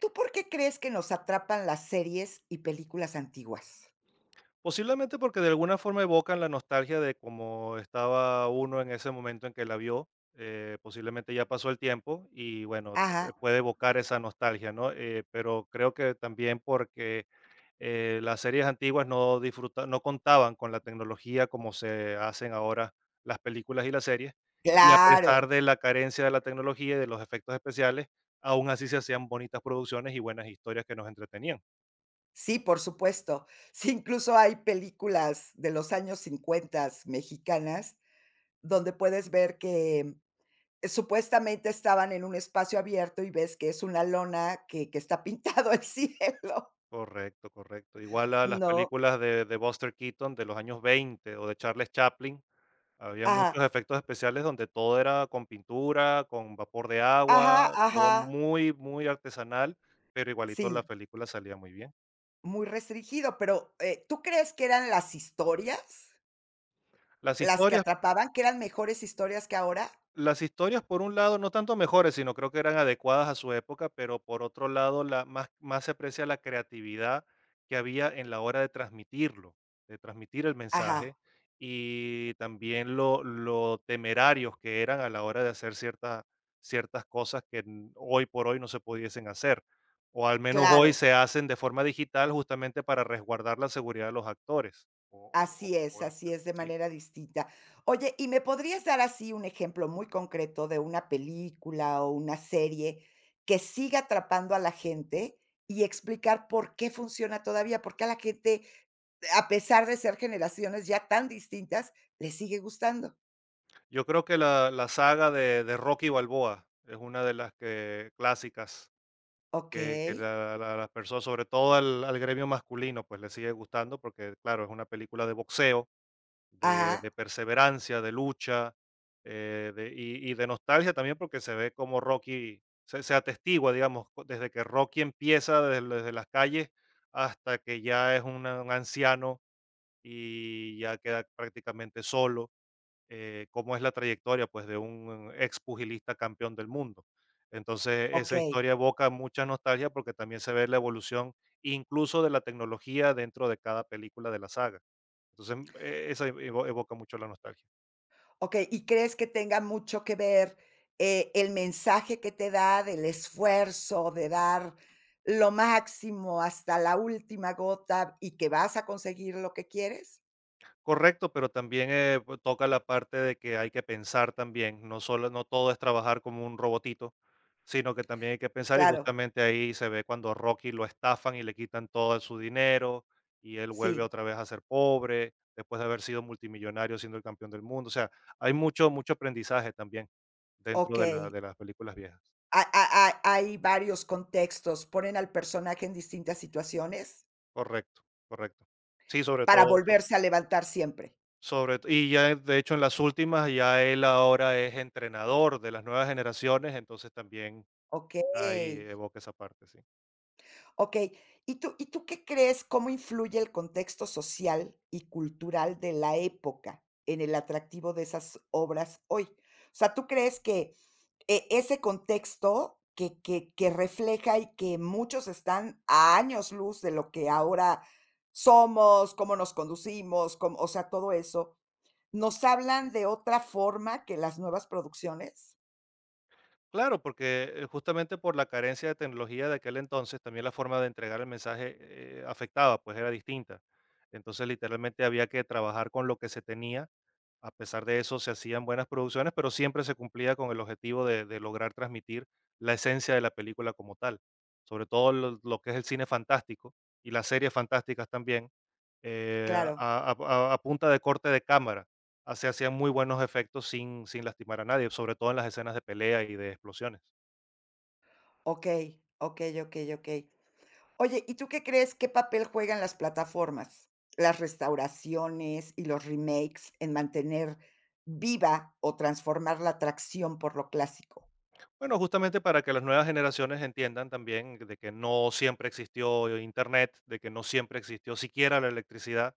¿Tú por qué crees que nos atrapan las series y películas antiguas? Posiblemente porque de alguna forma evocan la nostalgia de cómo estaba uno en ese momento en que la vio. Posiblemente ya pasó el tiempo y bueno, Ajá, puede evocar esa nostalgia, ¿no? Pero creo que también porque las series antiguas no contaban con la tecnología como se hacen ahora las películas y las series. Y a claro. pesar de la carencia de la tecnología y de los efectos especiales, aún así se hacían bonitas producciones y buenas historias que nos entretenían. Sí, por supuesto. Sí, incluso hay películas de los años 50 mexicanas, donde puedes ver que supuestamente estaban en un espacio abierto y ves que es una lona que está pintado el cielo, Correcto, correcto. Igual a las ¿no? películas de Buster Keaton de los años 20 o de Charles Chaplin, había Ajá, muchos efectos especiales donde todo era con pintura, con vapor de ajá, agua, todo ajá. muy, muy artesanal, pero igualito la Sí, película salía muy bien. muy restringido, pero, ¿tú crees que eran las historias Las las que historias. atrapaban, que eran mejores historias que ahora? Las historias, por un lado, no tanto mejores, sino creo que eran adecuadas a su época, pero por otro lado, la, más, más se aprecia la creatividad que había en la hora de transmitirlo, de transmitir el mensaje Ajá, y también lo temerarios que eran a la hora de hacer ciertas cosas que hoy por hoy no se pudiesen hacer, o al menos hoy claro, se hacen de forma digital justamente para resguardar la seguridad de los actores. O, o- o- o- así es, de sí. manera distinta. Oye, ¿y me podrías dar así un ejemplo muy concreto de una película o una serie que siga atrapando a la gente y explicar por qué funciona todavía? ¿Por qué a la gente, a pesar de ser generaciones ya tan distintas, le sigue gustando? Yo creo que la saga de Rocky Balboa es una de las que clásicas, que Okey, las personas, sobre todo al gremio masculino, pues le sigue gustando porque, claro, es una película de boxeo, de ajá, perseverancia, de lucha y de nostalgia también porque se ve como Rocky, se atestigua, digamos, desde que Rocky empieza desde, las calles hasta que ya es un anciano y ya queda prácticamente solo. Cómo es la trayectoria pues de un ex pugilista campeón del mundo. Entonces, esa okey. historia evoca mucha nostalgia porque también se ve la evolución incluso de la tecnología dentro de cada película de la saga. Entonces, evoca mucho la nostalgia. Okey, ¿y crees que tenga mucho que ver, el mensaje que te da del esfuerzo, de dar lo máximo hasta la última gota y que vas a conseguir lo que quieres? Correcto, pero también, pues, toca la parte de que hay que pensar también, no solo no todo es trabajar como un robotito, sino que también hay que pensar, y Claro, justamente ahí se ve cuando a Rocky lo estafan y le quitan todo su dinero, y él vuelve sí, otra vez a ser pobre, después de haber sido multimillonario siendo el campeón del mundo. O sea, hay mucho mucho aprendizaje también dentro de la okey. de las películas viejas. Ha ha ha hay varios contextos, ponen al personaje en distintas situaciones Correcto, correcto. Sí, sobre para todo so volverse a levantar siempre. Sobre to y ya, de hecho, en las últimas, ya él ahora es entrenador de las nuevas generaciones, entonces también ahí Okey. evoca esa parte, sí. Okey, ¿y tú qué crees, cómo influye el contexto social y cultural de la época en el atractivo de esas obras hoy? O sea, ¿tú crees que ese contexto que que refleja y que muchos están a años luz de lo que ahora somos, cómo nos conducimos, cómo o sea, todo eso, nos hablan de otra forma que las nuevas producciones? Claro, porque, justamente por la carencia de tecnología de aquel entonces, también la forma de entregar el mensaje, afectaba, pues, era distinta. Entonces, literalmente había que trabajar con lo que se tenía. A pesar de eso, se hacían buenas producciones, pero siempre se cumplía con el objetivo de lograr transmitir la esencia de la película como tal, sobre todo lo que es el cine fantástico y las series fantásticas también, eh, Claro, a, a- a punta de corte de cámara. Se hacían muy buenos efectos sin lastimar a nadie, sobre todo en las escenas de pelea y de explosiones. okey, okey, okey, okey. Oye, ¿y tú qué crees? ¿Qué papel juegan las plataformas, las restauraciones y los remakes en mantener viva o transformar la atracción por lo clásico? Bueno, justamente para que las nuevas generaciones entiendan también de que no siempre existió Internet, de que no siempre existió siquiera la electricidad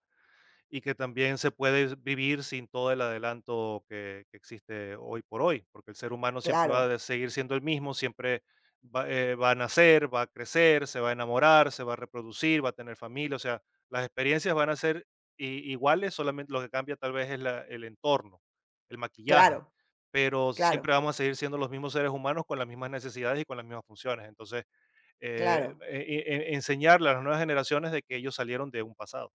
y que también se puede vivir sin todo el adelanto que existe hoy por hoy, porque el ser humano siempre va Claro, a seguir siendo el mismo, siempre va a nacer, va a crecer, se va a enamorar, se va a reproducir, va a tener familia, o sea, las experiencias van a ser iguales, solamente lo que cambia tal vez es el entorno, el maquillaje, claro, pero claro, siempre vamos a seguir siendo los mismos seres humanos con las mismas necesidades y con las mismas funciones. Entonces, eh, claro, enseñarle a las nuevas generaciones de que ellos salieron de un pasado.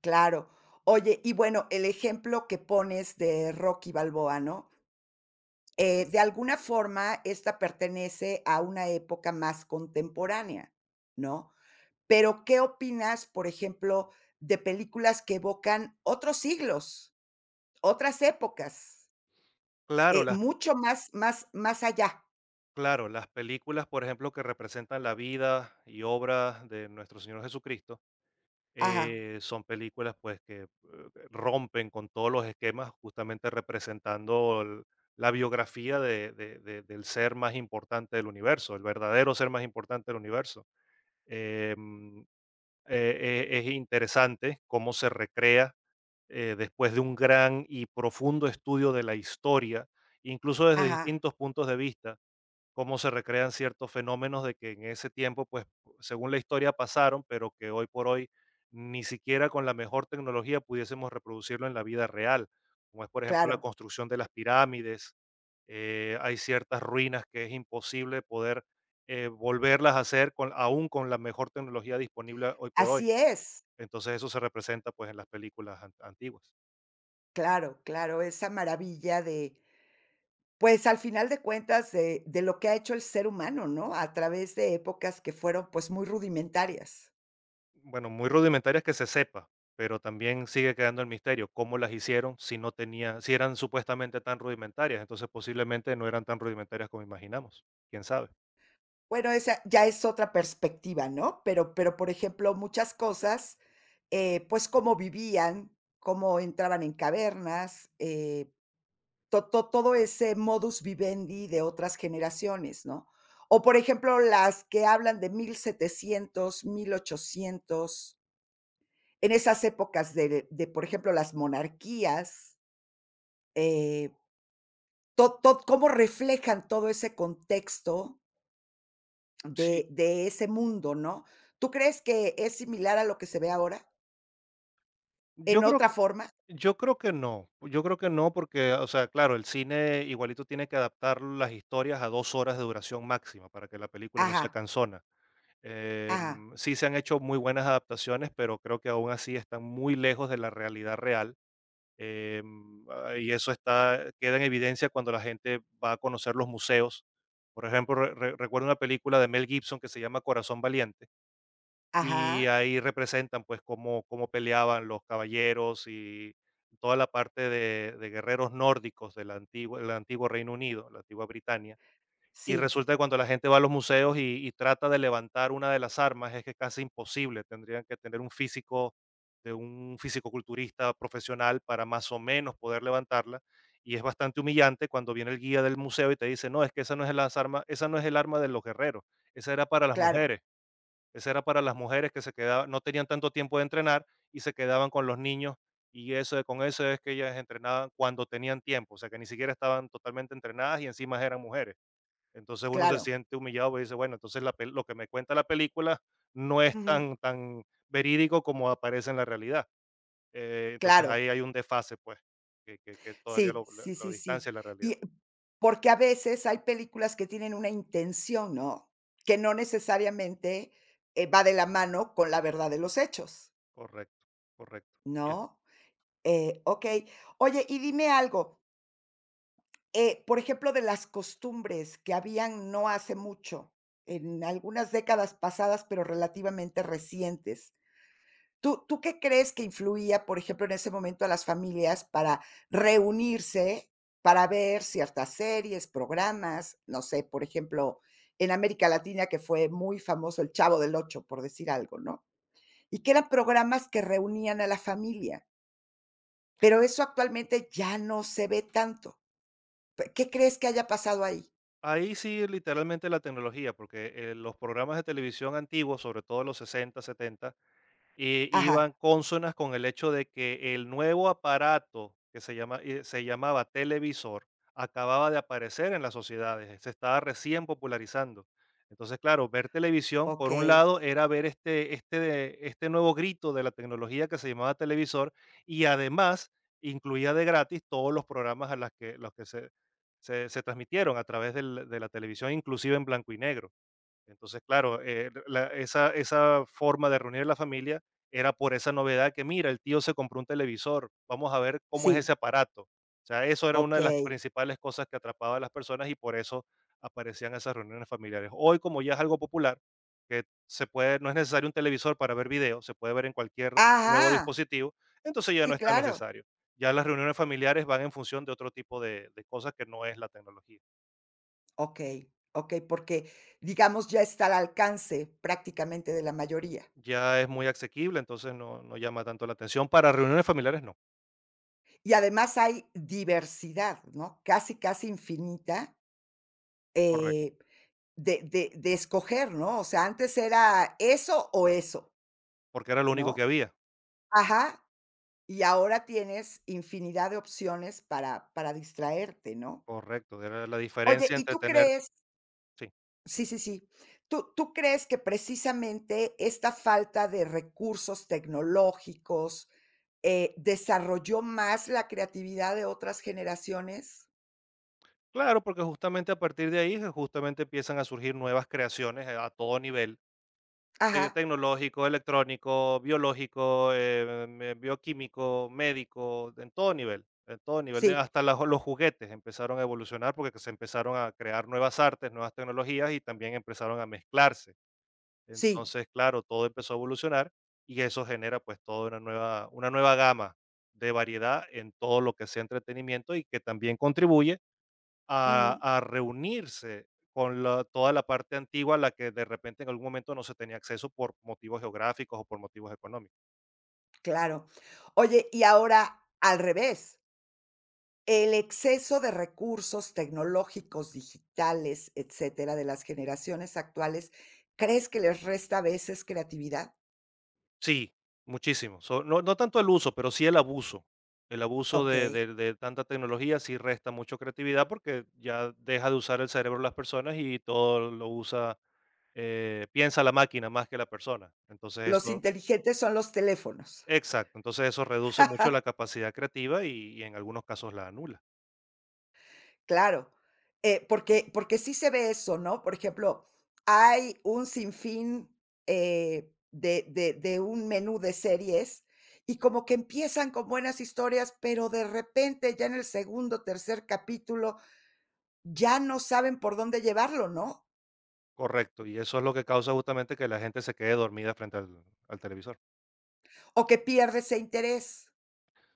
claro. Oye, y bueno, el ejemplo que pones de Rocky Balboa, ¿no? De alguna forma, esta pertenece a una época más contemporánea, ¿no? Pero, ¿qué opinas, por ejemplo, de películas que evocan otros siglos? Otras épocas, Claro, las mucho más allá. Claro, las películas, por ejemplo, que representan la vida y obra de nuestro Señor Jesucristo, Ajá, son películas pues que rompen con todos los esquemas, justamente representando la biografía del ser más importante del universo, el verdadero ser más importante del universo. Em, es interesante cómo se recrea después de un gran y profundo estudio de la historia, incluso desde ajá, distintos puntos de vista cómo se recrean ciertos fenómenos de que en ese tiempo, pues, según la historia pasaron, pero que hoy por hoy ni siquiera con la mejor tecnología pudiésemos reproducirlo en la vida real, como es, por ejemplo, la claro. construcción de las pirámides. Hay ciertas ruinas que es imposible poder volverlas a hacer aún con la mejor tecnología disponible hoy por hoy. Así es. Entonces eso se representa pues en las películas antiguas. Claro, claro, esa maravilla de, pues, al final de cuentas, de lo que ha hecho el ser humano, ¿no? A través de épocas que fueron, pues, muy rudimentarias. Bueno, muy rudimentarias que se sepa, pero también sigue quedando el misterio cómo las hicieron si no tenía, si eran supuestamente tan rudimentarias, entonces posiblemente no eran tan rudimentarias como imaginamos, quién sabe. Bueno, esa ya es otra perspectiva, ¿no? Pero, por ejemplo, muchas cosas, pues, cómo vivían, cómo entraban en cavernas, todo ese modus vivendi de otras generaciones, ¿no? O por ejemplo, las que hablan de mil setecientos, mil ochocientos, en esas épocas de, por ejemplo, las monarquías, eh, cómo reflejan todo ese contexto Sí. De ese mundo, ¿no? ¿Tú crees que es similar a lo que se ve ahora? ¿En Yo creo otra que forma? yo creo que no, yo creo que no porque, o sea, claro, el cine igualito tiene que adaptar las historias a 2 horas de duración máxima para que la película no sea Ajá, cansona. ajá, Sí se han hecho muy buenas adaptaciones, pero creo que aún así están muy lejos de la realidad real. Y eso queda en evidencia cuando la gente va a conocer los museos. Por ejemplo, recuerdo una película de Mel Gibson que se llama Corazón Valiente y ajá, ahí representan pues cómo peleaban los caballeros y toda la parte de guerreros nórdicos del antiguo Reino Unido, la antigua Britania. Y sí, resulta que cuando la gente va a los museos y trata de levantar una de las armas, es que es casi imposible. Tendrían que tener un físico de un fisicoculturista profesional para más o menos poder levantarla. Y es bastante humillante cuando viene el guía del museo y te dice, no, es que esa no es las arma, esa no es el arma de los guerreros, esa era para las claro, mujeres, esa era para las mujeres que se quedaban, no tenían tanto tiempo de entrenar y se quedaban con los niños. Y eso, con eso es que ellas entrenaban cuando tenían tiempo, o sea que ni siquiera estaban totalmente entrenadas y encima eran mujeres, entonces uno se claro, siente humillado, y dice, bueno, entonces lo que me cuenta la película no es ujú, tan, tan verídico como aparece en la realidad. Entonces claro. ahí hay un desfase, pues, que todavía Sí, lo, lo- sí, lo sí, distancia sí. de la realidad. Y porque a veces hay películas que tienen una intención, ¿no? Que no necesariamente, va de la mano con la verdad de los hechos, Correcto, correcto. Y es- ¿no? Okey. Oye, y dime algo, por ejemplo, de las costumbres que habían no hace mucho, en algunas décadas pasadas, pero relativamente recientes. ¿Tú qué crees que influía, por ejemplo, en ese momento a las familias para reunirse, para ver ciertas series, programas? No sé, por ejemplo, en América Latina, que fue muy famoso El Chavo del Ocho, por decir algo, ¿no? Y que eran programas que reunían a la familia, pero eso actualmente ya no se ve tanto. Pe ¿Qué crees que haya pasado ahí? Ahí sí, literalmente la tecnología, porque los programas de televisión antiguos, sobre todo los 60, 70. Y iban Ajá, consonas con el hecho de que el nuevo aparato que se llamaba televisor acababa de aparecer en las sociedades, se estaba recién popularizando. Entonces, claro, ver televisión, por un okey, lado, era ver este nuevo grito de la tecnología que se llamaba televisor y además incluía de gratis todos los programas los que se transmitieron a través de la televisión, inclusive en blanco y negro. Entonces, claro, esa forma de reunir a la familia era por esa novedad que, mira, el tío se compró un televisor, vamos a ver cómo es sí, ese aparato. O sea, eso era una de las okey. principales cosas que atrapaba a las personas y por eso aparecían esas reuniones familiares. Hoy, como ya es algo popular, que se puede, no es necesario un televisor para ver video, se puede ver en cualquier nuevo Ajá, dispositivo, entonces ya no sí, es tan claro. necesario. Ya las reuniones familiares van en función de otro tipo de cosas que no es la tecnología. Okey, okey, porque, digamos, ya está al alcance prácticamente de la mayoría. Ya es muy asequible, entonces no llama tanto la atención. Para reuniones familiares no. Y además hay diversidad, ¿no? Casi, casi infinita, Correcto. eh, de de escoger, ¿no? O sea, antes era eso o eso, Porque era lo único que ¿no? había. Ajá, y ahora tienes infinidad de opciones para distraerte, ¿no? Correcto, era la Oye, diferencia ¿y entre tú tener. crees? Sí. Sí, sí, sí. ¿Tú crees que precisamente esta falta de recursos tecnológicos, desarrolló más la creatividad de otras generaciones? Claro, porque justamente a partir de ahí, justamente empiezan a surgir nuevas creaciones, a todo nivel, Ajá, tecnológico, electrónico, biológico, me bioquímico, médico, en todo nivel, de sí, hasta las los juguetes empezaron a evolucionar porque se empezaron a crear nuevas artes, nuevas tecnologías y también empezaron a mezclarse. sí, Entonces, claro, todo empezó a evolucionar y eso genera pues toda una nueva gama de variedad en todo lo que sea entretenimiento y que también contribuye a, ujú, a reunirse con toda la parte antigua a la que de repente en algún momento no se tenía acceso por motivos geográficos o por motivos económicos. claro. Oye, y ahora al revés, el exceso de recursos tecnológicos, digitales, etcétera, de las generaciones actuales, ¿crees que les resta a veces creatividad? Sí, muchísimo. So, no, no tanto el uso, pero sí el abuso. El abuso de, Okey, de- de tanta tecnología sí resta mucho creatividad porque ya deja de usar el cerebro de las personas y todo lo usa, piensa la máquina más que la persona. Entonces los eso inteligentes son los teléfonos. exacto, entonces eso reduce mucho la capacidad creativa y en algunos casos la anula. Claro, porque sí se ve eso, ¿no? Por ejemplo, hay un sinfín, de de un menú de series, y como que empiezan con buenas historias, pero de repente ya en el segundo, tercer capítulo, ya no saben por dónde llevarlo, ¿no? Correcto, y eso es lo que causa justamente que la gente se quede dormida frente al televisor. O que pierde ese interés.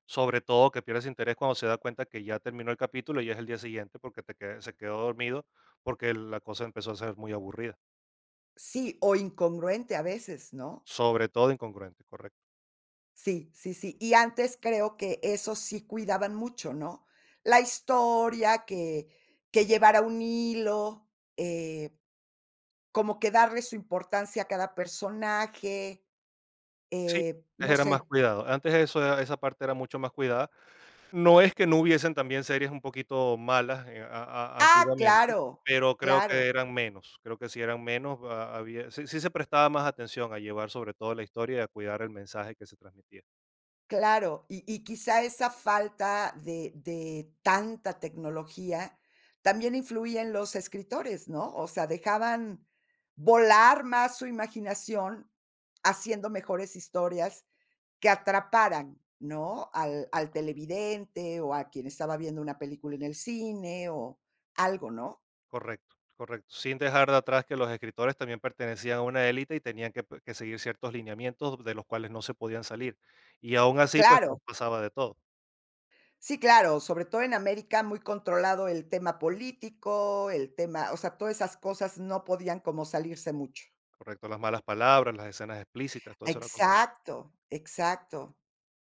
Sobre todo que pierdes interés cuando se da cuenta que ya terminó el capítulo y es el día siguiente porque se quedó dormido porque la cosa empezó a ser muy aburrida. Sí, o incongruente a veces, ¿no? Sobre todo incongruente, correcto. Sí, sí, sí. Y antes creo que eso sí cuidaban mucho, ¿no? La historia, que llevara un hilo, eh, como que darle su importancia a cada personaje, Sí, antes no era más sé. cuidado. Esa parte era mucho más cuidada. No es que no hubiesen también series un poquito malas, a Ah, antiguamente, claro, pero creo que claro, eran menos, creo que sí eran menos, ha había sí sí se prestaba más atención a llevar sobre todo la historia y a cuidar el mensaje que se transmitía. claro. Y quizá esa falta de tanta tecnología también influía en los escritores, ¿no? O sea, dejaban volar más su imaginación haciendo mejores historias que atraparan, ¿no? Al televidente, o a quien estaba viendo una película en el cine, o algo, ¿no? Correcto, correcto, sin dejar de atrás que los escritores también pertenecían a una élite y tenían que seguir ciertos lineamientos de los cuales no se podían salir. Y aún así, pues, pa Claro, pasaba de todo, sí, claro, sobre todo en América, muy controlado el tema político, el tema o sea, todas esas cosas no podían como salirse mucho. correcto, las malas palabras, las escenas explícitas, todo eso era controlado. Exacto, exacto.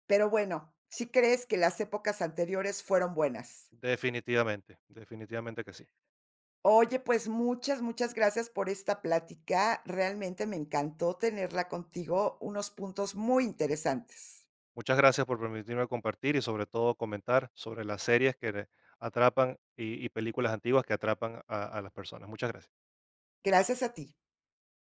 Pero bueno, ¿sí crees que las épocas anteriores fueron buenas? Definitivamente, definitivamente que sí. Oye, pues muchas, muchas gracias por esta plática. Realmente me encantó tenerla contigo, unos puntos muy interesantes. Muchas gracias por permitirme compartir y sobre todo comentar sobre las series que atrapan y películas antiguas que atrapan a las personas. Muchas gracias. Gracias a ti.